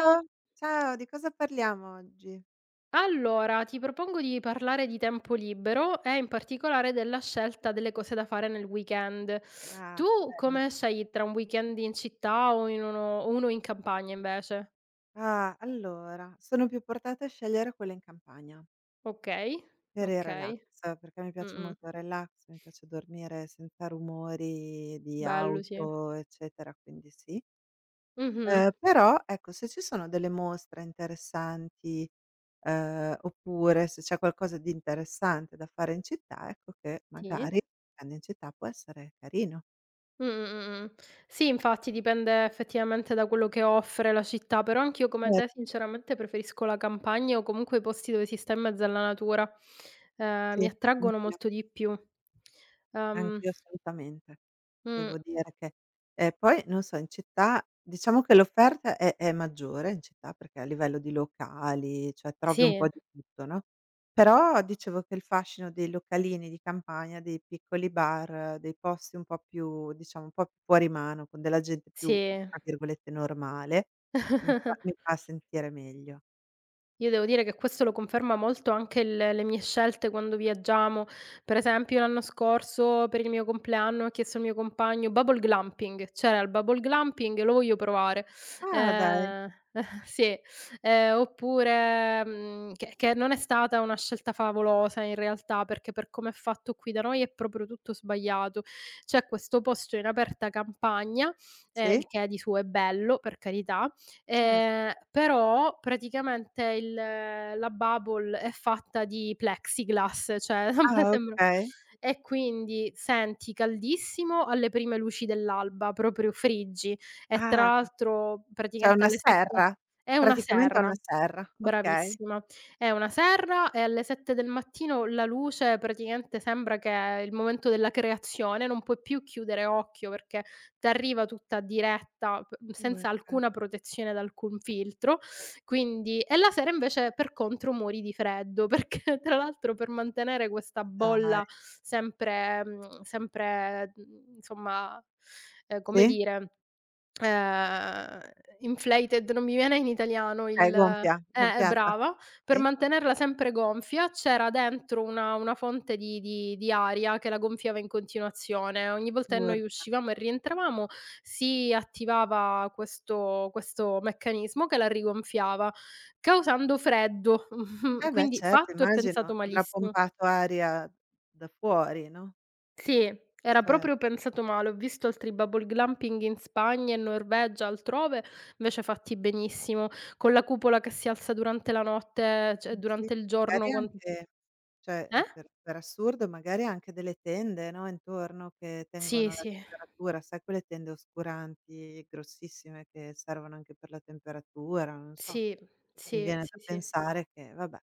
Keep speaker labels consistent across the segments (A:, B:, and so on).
A: Ciao, ciao, di cosa parliamo oggi?
B: Allora, ti propongo di parlare di tempo libero e in particolare della scelta delle cose da fare nel weekend.
A: Ah,
B: Tu
A: bello.
B: come scegli tra un weekend in città o in uno in campagna invece?
A: Ah, allora, sono più portata a scegliere quella in campagna,
B: Okay,
A: per il relax,
B: okay.
A: perché mi piace
B: Mh-mh.
A: molto il relax, mi piace dormire senza rumori di
B: Bello, sì.
A: auto, eccetera, quindi sì.
B: Mh-mh.
A: Però ecco, se ci sono delle mostre interessanti, oppure se c'è qualcosa di interessante da fare in città, ecco che
B: Sì.
A: magari andando in città può essere carino.
B: Mh, mh, mh, mh. Sì, infatti dipende effettivamente da quello che offre la città, però anch'io come te
A: Certo,
B: sinceramente preferisco la campagna o comunque i posti dove si sta in mezzo alla natura. Mi
A: sì,
B: attraggono
A: anch'io.
B: molto di più. Ehm,
A: Anch'io assolutamente.
B: mh,
A: Devo dire che poi non so, in città diciamo che l'offerta è maggiore in città, perché a livello di locali, cioè trovi un
B: sì,
A: po' di tutto, no, però dicevo che il fascino dei localini di campagna, dei piccoli bar, dei posti un po' più diciamo un po' più fuori mano, con della gente più
B: sì.
A: tra virgolette "normale", mi fa mi fa sentire meglio.
B: Io devo dire che questo lo conferma molto anche il le mie scelte quando viaggiamo. Per esempio l'anno scorso per il mio compleanno ho chiesto al mio compagno: "Bubble glamping". C'era il bubble glamping, lo voglio provare.
A: Ah dai,
B: Ehm, sì, oppure, che non è stata una scelta favolosa in realtà, perché per come è fatto qui da noi è proprio tutto sbagliato. C'è questo posto in aperta campagna,
A: sì?
B: il che di suo è bello, per carità.
A: Cer
B: Però praticamente il la bubble è fatta di plexiglass, cioè a me
A: ah
B: sembra,
A: okay.
B: e quindi senti caldissimo alle prime luci dell'alba, proprio friggi. E tra
A: Ah.
B: l'altro
A: Cioè
B: praticamente
A: una
B: alle 7
A: serra?
B: è una
A: Praticamente è
B: serra,
A: una serra, okay.
B: bravissima. È una serra e alle 7 del mattino la luce praticamente sembra che è il momento della creazione, non puoi più chiudere occhio perché t'arriva tutta diretta p senza
A: Urca.
B: alcuna protezione da alcun filtro, quindi. E la sera invece per contro muori di freddo, perché tra l'altro per mantenere questa
A: Ma dai.
B: bolla sempre sempre, insomma, come
A: Sì?
B: dire, Ehm, inflated, non mi viene in italiano
A: Okay,
B: il
A: gonfia,
B: è
A: gonfiata,
B: brava. Per
A: sì.
B: mantenerla sempre gonfia c'era dentro una fonte di aria che la gonfiava in continuazione. Ogni volta che noi
A: Urca.
B: uscivamo e rientravamo si attivava questo meccanismo che la rigonfiava, causando freddo.
A: Eh beh
B: Quindi
A: certo,
B: fatto e
A: immagino,
B: pensato
A: avrà
B: malissimo.
A: pompato aria da fuori, no,
B: Sì, era
A: certo.
B: proprio pensato male. Ho visto altri bubble glamping in Spagna, in Norvegia, altrove, invece fatti benissimo, con la cupola che si alza durante la notte, cioè
A: Mh. Sì,
B: durante il giorno
A: magari
B: quan
A: anche, cioè,
B: eh?
A: per assurdo, magari anche delle tende, no, intorno che
B: Sì,
A: tengono la
B: sì,
A: temperatura, sai quelle tende oscuranti grossissime che servono anche per la temperatura, non so,
B: sì,
A: mi
B: sì,
A: viene da
B: sì, sì.
A: pensare che vabbè.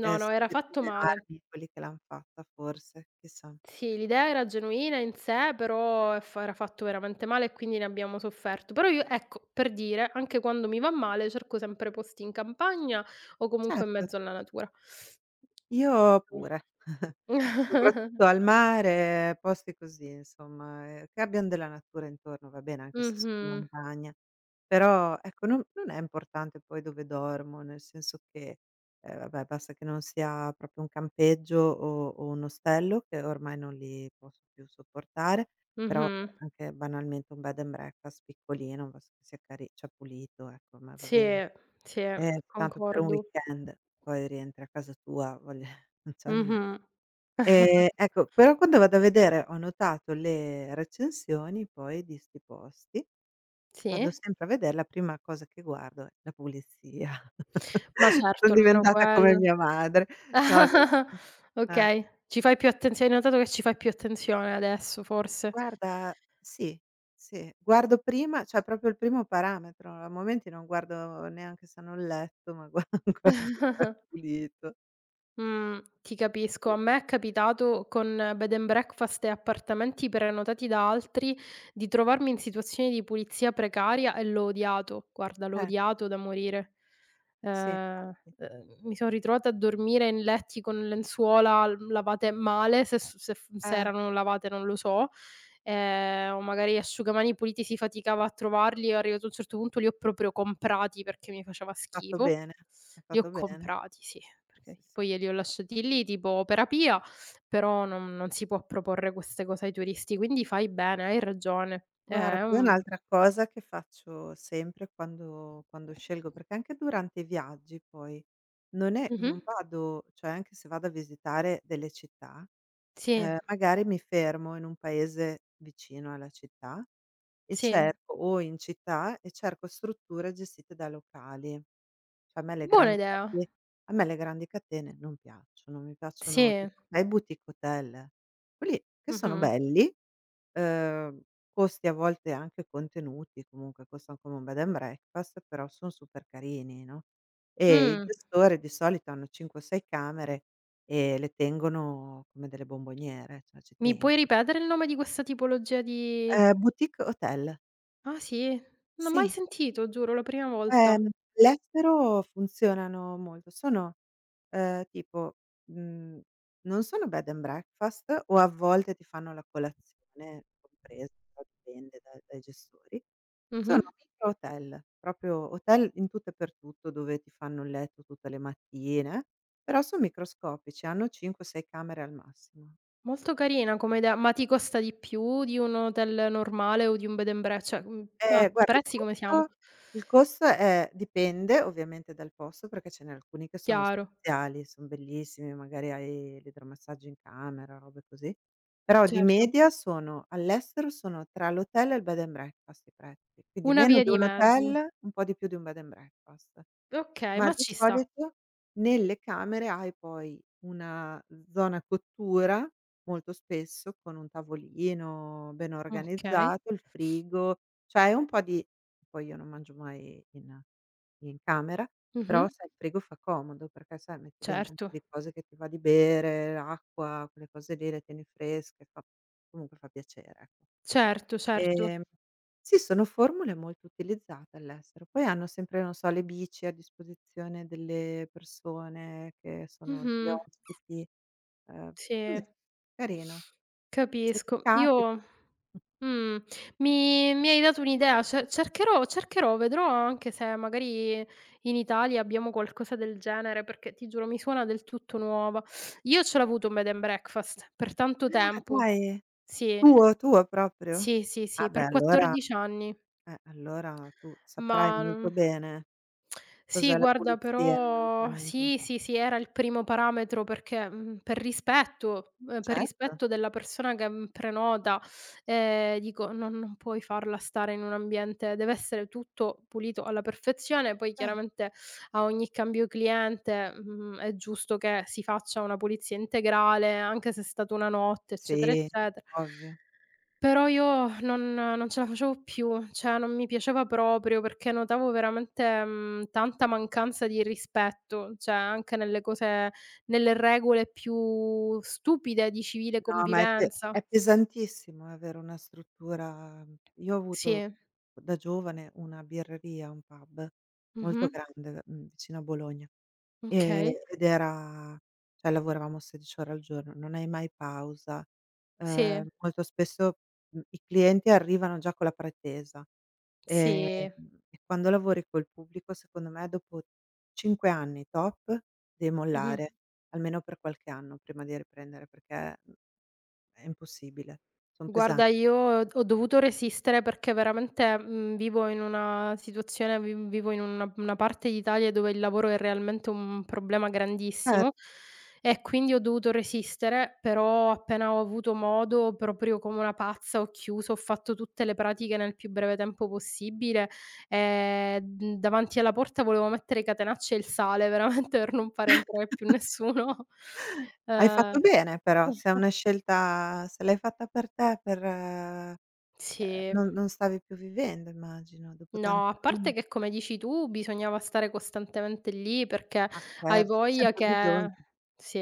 B: no,
A: Sono
B: era
A: le
B: fatto
A: prime
B: male.
A: armi, quelli che l'han fatta forse, chissà.
B: Sì, l'idea era genuina in sé, però è fa era fatto veramente male e quindi ne abbiamo sofferto. Però io ecco, per dire, anche quando mi va male cerco sempre posti in campagna o comunque in
A: Certo.
B: mezzo alla natura.
A: Io pure, soprattutto al mare, posti così insomma, che abbiano della natura intorno, va bene anche se sono in
B: Mh-mh,
A: montagna, però ecco non è importante poi dove dormo, nel senso che, vabbè, basta che non sia proprio un campeggio o un ostello, che ormai non li posso più sopportare, però
B: mh-mh.
A: cioè anche banalmente un bed and breakfast piccolino, basta che sia cari cioè pulito, ecco, a me va bene.
B: Sì, sì,
A: Tanto per un
B: concordo.
A: weekend, poi rientri a casa tua, voglio cioè non è,
B: Mh-mh.
A: ecco, però quando vado a vedere ho notato le recensioni poi di 'sti posti, vado
B: Sì,
A: sempre a vedere, la prima cosa che guardo è la pulizia.
B: ma certo,
A: Son
B: almeno
A: diventata come
B: quello.
A: mia madre. No, nel sen eh.
B: Okay, ci fai più attenzio hai notato che ci fai più attenzione adesso forse.
A: Guarda, sì, sì, guardo prima cioè proprio il primo parametro, a momenti non guardo neanche se hanno il letto, ma gua guardo se è pulito.
B: Ti capisco.
A: Sì,
B: A me è capitato con bed and breakfast e appartamenti prenotati da altri di trovarmi in situazioni di pulizia precaria e l'ho odiato. Guarda, l'ho
A: eh.
B: odiato da morire.
A: Sì,
B: Ehm,
A: infatti.
B: Mi son
A: Eh.
B: ritrovata a dormire in letti con lenzuola l lavate male, se s se f se
A: Eh,
B: erano lavate non lo so. O magari asciugamani puliti si faticava a trovarli. Io arrivato a un certo punto li ho proprio comprati perché mi faceva
A: hai fatto
B: schifo.
A: bene, hai
B: Li ho
A: fatto bene.
B: comprati, sì.
A: Sì,
B: Perché
A: sì, sì.
B: poi io li ho lasciati lì tipo opera pia, però non si può proporre queste cose ai turisti, quindi fai bene, hai ragione.
A: Guarda,
B: È
A: poi
B: un
A: un'altra cosa che faccio sempre quando scelgo perché anche durante i viaggi poi
B: Mh-mh.
A: non vado, cioè anche se vado a visitare delle città,
B: Sì,
A: magari mi fermo in un paese vicino alla città e
B: sì.
A: cerco o in città e cerco strutture gestite da locali. Cioè
B: Buona idea.
A: a me le grandi catene non piacciono, mi piacciono
B: Sì.
A: tipo dai boutique hotel, quelli che sono
B: Mh-mh.
A: belli, ehm, costi a volte anche contenuti, comunque costano come un bed and breakfast, però son super carini, no, e il
B: Mh.
A: gestore di solito hanno 5 o 6 camere e le tengono come delle bomboniere, cioè ci
B: Mi
A: tengono.
B: puoi ripetere il nome di questa tipologia di,
A: Boutique hotel,
B: ah sì? Non ho mai
A: sì.
B: sentito, giuro, la prima volta.
A: Ehm, All'estero funzionano molto. Sono, tipo, mhmm, non sono bed and breakfast o a volte ti fanno la colazione compresa, però dipende da dai gestori.
B: Mh-mh.
A: Sono micro hotel, proprio hotel in tutto e per tutto, dove ti fanno il letto tutte le mattine, però son microscopici, hanno 5, 6 camere al massimo.
B: Molto carina come idea, ma ti costa di più di un hotel normale o di un bed and bre, cioè, a
A: Guarda il
B: prezzi come
A: costo,
B: siamo?
A: il costo è dipende ovviamente dal posto, perché ce n'è alcuni che sono
B: Chiaro.
A: spaziali, son bellissimi, magari hai l'idromassaggio in camera, robe così. Però di
B: Certo,
A: media sono all'estero, sono tra l'hotel e il bed and breakfast i prezzi, quindi
B: una
A: meno
B: via
A: di
B: di
A: un
B: mezzo.
A: hotel, un po' di più di un bed and breakfast.
B: Okay,
A: Ma
B: ma
A: di
B: ci sta.
A: solito nelle camere hai poi una zona cottura, molto spesso, con un tavolino ben
B: Okay.
A: organizzato, il frigo, cioè hai un po' di poi io non mangio mai in in camera, però
B: Mh-mh.
A: sai il frigo fa comodo perché, sai, metti dentro un po'
B: Certo,
A: di cose che ti va di bere, l'acqua, quelle cose lì, le tieni fresche, fa comunque fa piacere, ecco.
B: certo, certo.
A: Ehm, sì, sono formule molto utilizzate all'estero. Poi hanno sempre, non so, le bici a disposizione delle persone che sono degli
B: Mh-mh.
A: ospiti, ehm, così,
B: Sì.
A: carino. Se ti
B: Capisco. Io
A: capita
B: mh, mi hai dato un'idea, ce cercherò, vedrò anche se magari in Italia abbiamo qualcosa del genere, perché ti giuro mi suona del tutto nuova. Io ce l'ho avuto un bed and breakfast per tanto
A: ah,
B: tempo.
A: dai,
B: Sì,
A: tuo, tuo proprio?
B: sì, sì,
A: Ah
B: sì,
A: beh,
B: per
A: allora
B: 14 anni,
A: allora tu
B: ma
A: saprai
B: non.
A: molto bene cos'è
B: Sì,
A: la
B: guarda,
A: pulizia in un
B: però
A: locale.
B: sì, sì, sì, era il primo parametro perché, per
A: Certo,
B: rispetto della persona che, prenota, dico non puoi farla stare in un ambiente, deve essere tutto pulito alla perfezione, poi
A: cer
B: chiaramente a ogni cambio cliente, è giusto che si faccia una pulizia integrale, anche se è stata una notte, eccetera,
A: sì,
B: eccetera.
A: ovvio.
B: Però io non ce la facevo più, cioè non mi piaceva proprio perché notavo veramente, tanta mancanza di rispetto, cioè anche nelle cose nelle regole più stupide di civile
A: No, ma è pe
B: convivenza.
A: è pesantissimo avere una struttura, io ho avuto
B: Sì.
A: da giovane una birreria, un pub molto
B: Mh-mh.
A: grande, vicino a Bologna, ehm,
B: Okay.
A: ed era cioè lavoravamo 16 ore al giorno, non hai mai pausa,
B: Sì,
A: molto spesso, i clienti arrivano già con la pretesa, ehm,
B: sì.
A: e quando lavori col pubblico secondo me dopo 5 anni top devi
B: Mh-mh.
A: mollare, almeno per qualche anno prima di riprendere perché è impossibile, son
B: Guarda,
A: pesanti.
B: io ho dovuto resistere perché veramente, vivo in una parte d'Italia dove il lavoro è realmente un problema
A: Cer
B: grandissimo e quindi ho dovuto resistere, però appena ho avuto modo, proprio come una pazza, ho chiuso, ho fatto tutte le pratiche nel più breve tempo possibile e, davanti alla porta volevo mettere i catenacci e il sale veramente per non far entrare più nessuno.
A: Hai
B: Ehm,
A: fatto bene però, se è una scelta, se l'hai fatta per te, per
B: sì.
A: non stavi più vivendo, immagino, dopo tanti
B: No, a
A: anni.
B: parte che come dici tu bisognava stare costantemente lì perché
A: Ma
B: hai
A: scherzi,
B: voglia
A: sempre bisogno.
B: che sì,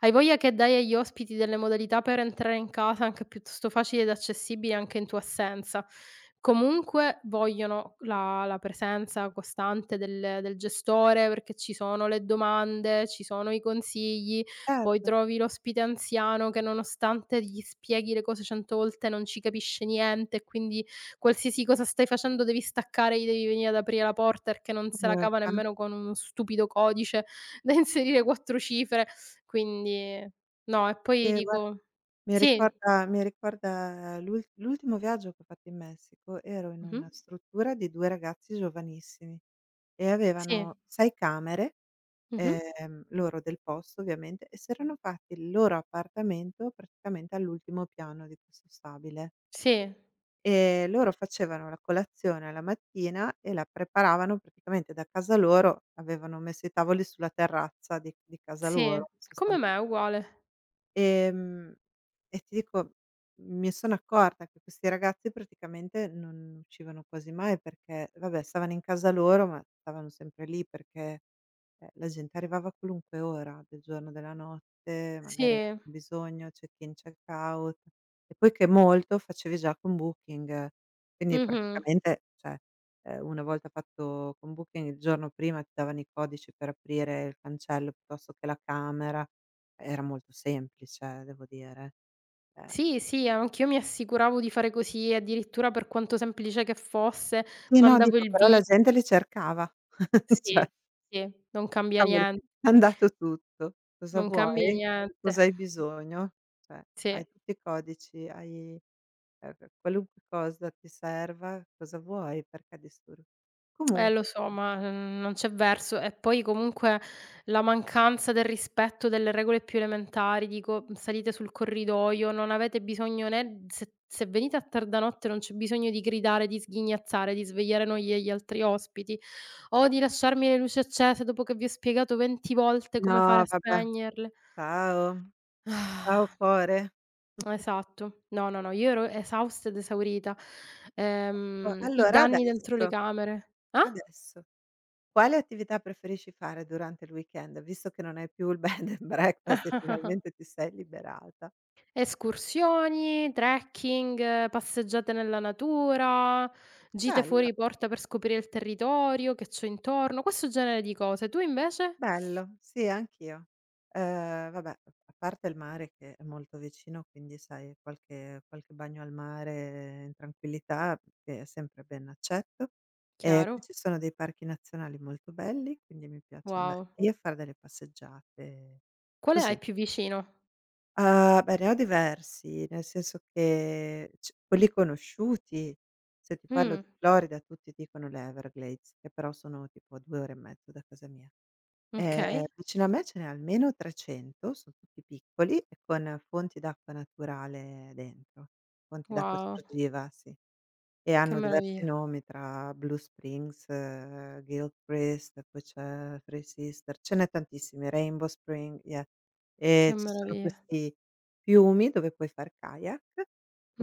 B: hai voglia che dai agli ospiti delle modalità per entrare in casa anche piuttosto facili ed accessibili anche in tua assenza. Comunque vogliono la presenza costante del gestore, perché ci sono le domande, ci sono i consigli, poi
A: Certo,
B: trovi l'ospite anziano che nonostante gli spieghi le cose 100 volte non ci capisce niente e quindi qualsiasi cosa stai facendo devi staccare, gli devi venire ad aprire la porta perché non se la cava
A: porca.
B: nemmeno con uno stupido codice da inserire 4 cifre. Quindi no, e poi
A: Sì, guarda,
B: dico
A: mi
B: sì,
A: ricorda mi ricorda l'ultimo viaggio che ho fatto in Messico, ero in
B: mh-mh,
A: una struttura di 2 ragazzi giovanissimi e
B: sì,
A: avevano 6 camere,
B: mh-mh,
A: loro del posto ovviamente, e s'erano fatti il loro appartamento praticamente all'ultimo piano di questo stabile.
B: sì,
A: E loro facevano la colazione la mattina e la preparavano praticamente da casa loro, avevano messo i tavoli sulla terrazza di casa
B: sì,
A: loro. Sostan
B: come me, uguale.
A: Ehm, e ti dico, mi sono accorta che questi ragazzi praticamente non uscivano quasi mai perché, vabbè, stavano in casa loro, ma stavano sempre lì perché, la gente arrivava a qualunque ora del giorno, della notte,
B: Sì,
A: magari avevano bisogno, check-in, check-out. E poi che molto facevi già con Booking, quindi
B: mh-mh.
A: praticamente, cioè, una volta fatto con Booking, il giorno prima ti davano i codici per aprire il cancello piuttosto che la camera. Era molto semplice devo dire. Ehm
B: Sì, sì, anch'io mi assicuravo di fare così, addirittura per quanto semplice che fosse,
A: sì, no,
B: mandavo
A: dico
B: il
A: però la
B: vi
A: gente li cercava. Cioè,
B: sì, sì,
A: cavoli, è andato tutto. Cosa
B: non cambia
A: vuoi? Di
B: niente.
A: cosa hai bisogno? Cioè,
B: Sì.
A: hai tutti i codici, hai, q qualunque cosa ti serva, cosa vuoi? Perché disturb
B: Lo
A: comunque,
B: so, ma, non c'è verso. E poi comunque la mancanza del rispetto delle regole più elementari, dico, salite sul corridoio, non avete bisogno né se venite a tarda notte non c'è bisogno di gridare, di sghignazzare, di svegliare noi e gli altri ospiti, o di lasciarmi le luci accese dopo che vi ho spiegato 20 volte come fare
A: no,
B: a
A: vabbè.
B: spegnerle.
A: Ciao. Ciao
B: Ah,
A: cuore.
B: esatto. No, no, no, io ero esausta ed esaurita.
A: O
B: I
A: allora,
B: danni dentro le
A: adesso,
B: camere. Ah?
A: adesso. Quale attività preferisci fare durante il weekend, visto che non hai più il bed and breakfast e finalmente ti sei liberata?
B: Escursioni, trekking, passeggiate nella natura, gite
A: Bello,
B: fuori porta per scoprire il territorio che c'è intorno, questo genere di cose. Tu invece?
A: bello, sì anch'io. Vabbè, a parte il mare che è molto vicino, quindi sai qualche bagno al mare in tranquillità che è sempre ben accetto. Qui
B: Chiaro,
A: ci sono dei parchi nazionali molto belli, quindi mi piace andare
B: wow.
A: lì a far delle passeggiate
B: Quale
A: così.
B: hai più vicino?
A: Ah, beh, ne ho diversi, nel senso che c quelli conosciuti, se ti parlo
B: Mh,
A: di Florida tutti dicono le Everglades, che però sono tipo a 2 ore e mezzo da casa mia.
B: okay,
A: Vicino a me ce n'è almeno 300, son tutti piccoli e con fonti d'acqua naturale dentro, fonti d'acqua
B: wow,
A: esclusiva, sì. E
B: che
A: hanno diversi
B: meraviglia,
A: nomi tra Blue Springs, Gilchrist, poi c'è Three Sister, ce n'è tantissimi, Rainbow Spring, yeah.
B: che
A: Ci sono
B: meraviglia.
A: questi fiumi dove puoi far kayak,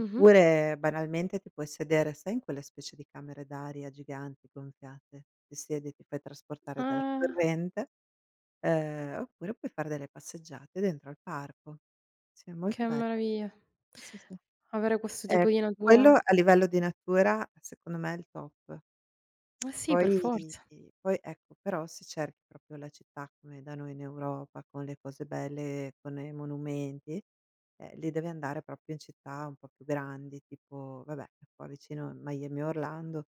B: Mh-mh.
A: banalmente ti puoi sedere, sai in quelle specie di camere d'aria giganti gonfiate, ti siedi e ti fai trasportare dalla
B: Ah,
A: corrente, oppure puoi fare delle passeggiate dentro al parco. Sì, è molto
B: che
A: bello.
B: meraviglia.
A: Sì, sì, sì.
B: Avere questo
A: Ehm,
B: tipo di
A: Quello
B: natura,
A: a livello di natura secondo me è il top.
B: eh sì, per
A: Poi
B: forza.
A: poi ecco, però se cerchi proprio la città come da noi in Europa, con le cose belle, con i monumenti, lì devi andare proprio in città un po' più grandi, tipo vabbè, qua vicino Miami, Orlando,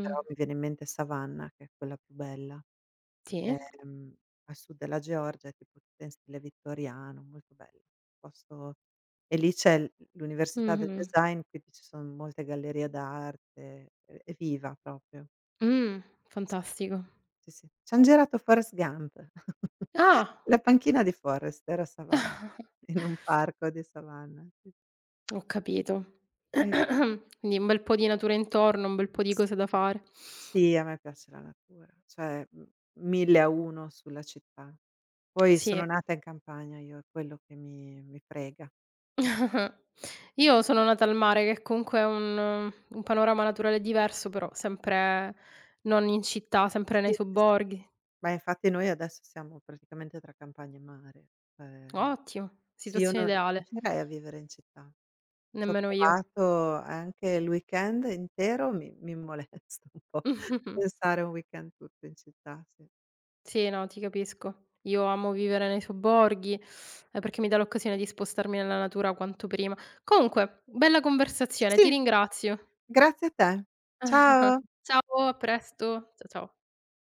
A: però mi viene in mente Savannah che è quella più bella.
B: sì.
A: Ehm, A sud della Georgia, tipo tutta in stile vittoriano, molto bello. Posto, e lì c'è l'università del
B: Mh-mh.
A: design, quindi ci son molte gallerie d'arte, è viva proprio.
B: Mh,
A: Sì, sì,
B: fantastico.
A: sì, sì. C'han girato Forrest Gump.
B: Ah!
A: La panchina di Forrest, era a Savannah, in un parco di Savannah, sì, sì.
B: Ho capito.
A: Ecco.
B: Quindi un bel po' di natura intorno, un bel po' di cose da
A: Sì,
B: fare.
A: sì, a me piace la natura, cioè, 1000 a 1 sulla città. Poi
B: Sì.
A: sono nata in campagna io, è quello che mi frega.
B: Io sono nata al mare, che comunque è un panorama naturale diverso, però sempre non in città, sempre
A: Sì,
B: nei
A: sì, sì.
B: sobborghi.
A: Ma infatti noi adesso siamo praticamente tra campagna e mare. Ehm,
B: Ottimo,
A: sì, io non
B: situazione
A: non
B: ideale.
A: riuscirei a vivere in città. Ci ho
B: Nemmeno io.
A: provato anche il weekend intero, mi molesta un po' pensare a un weekend tutto in città, sì.
B: Sì, no, ti capisco. Io amo vivere nei sobborghi, perché mi dà l'occasione di spostarmi nella natura quanto prima. Comunque, bella conversazione, ti
A: Sì,
B: ringrazio.
A: grazie a te. Ciao.
B: Ciao, a presto. Ciao.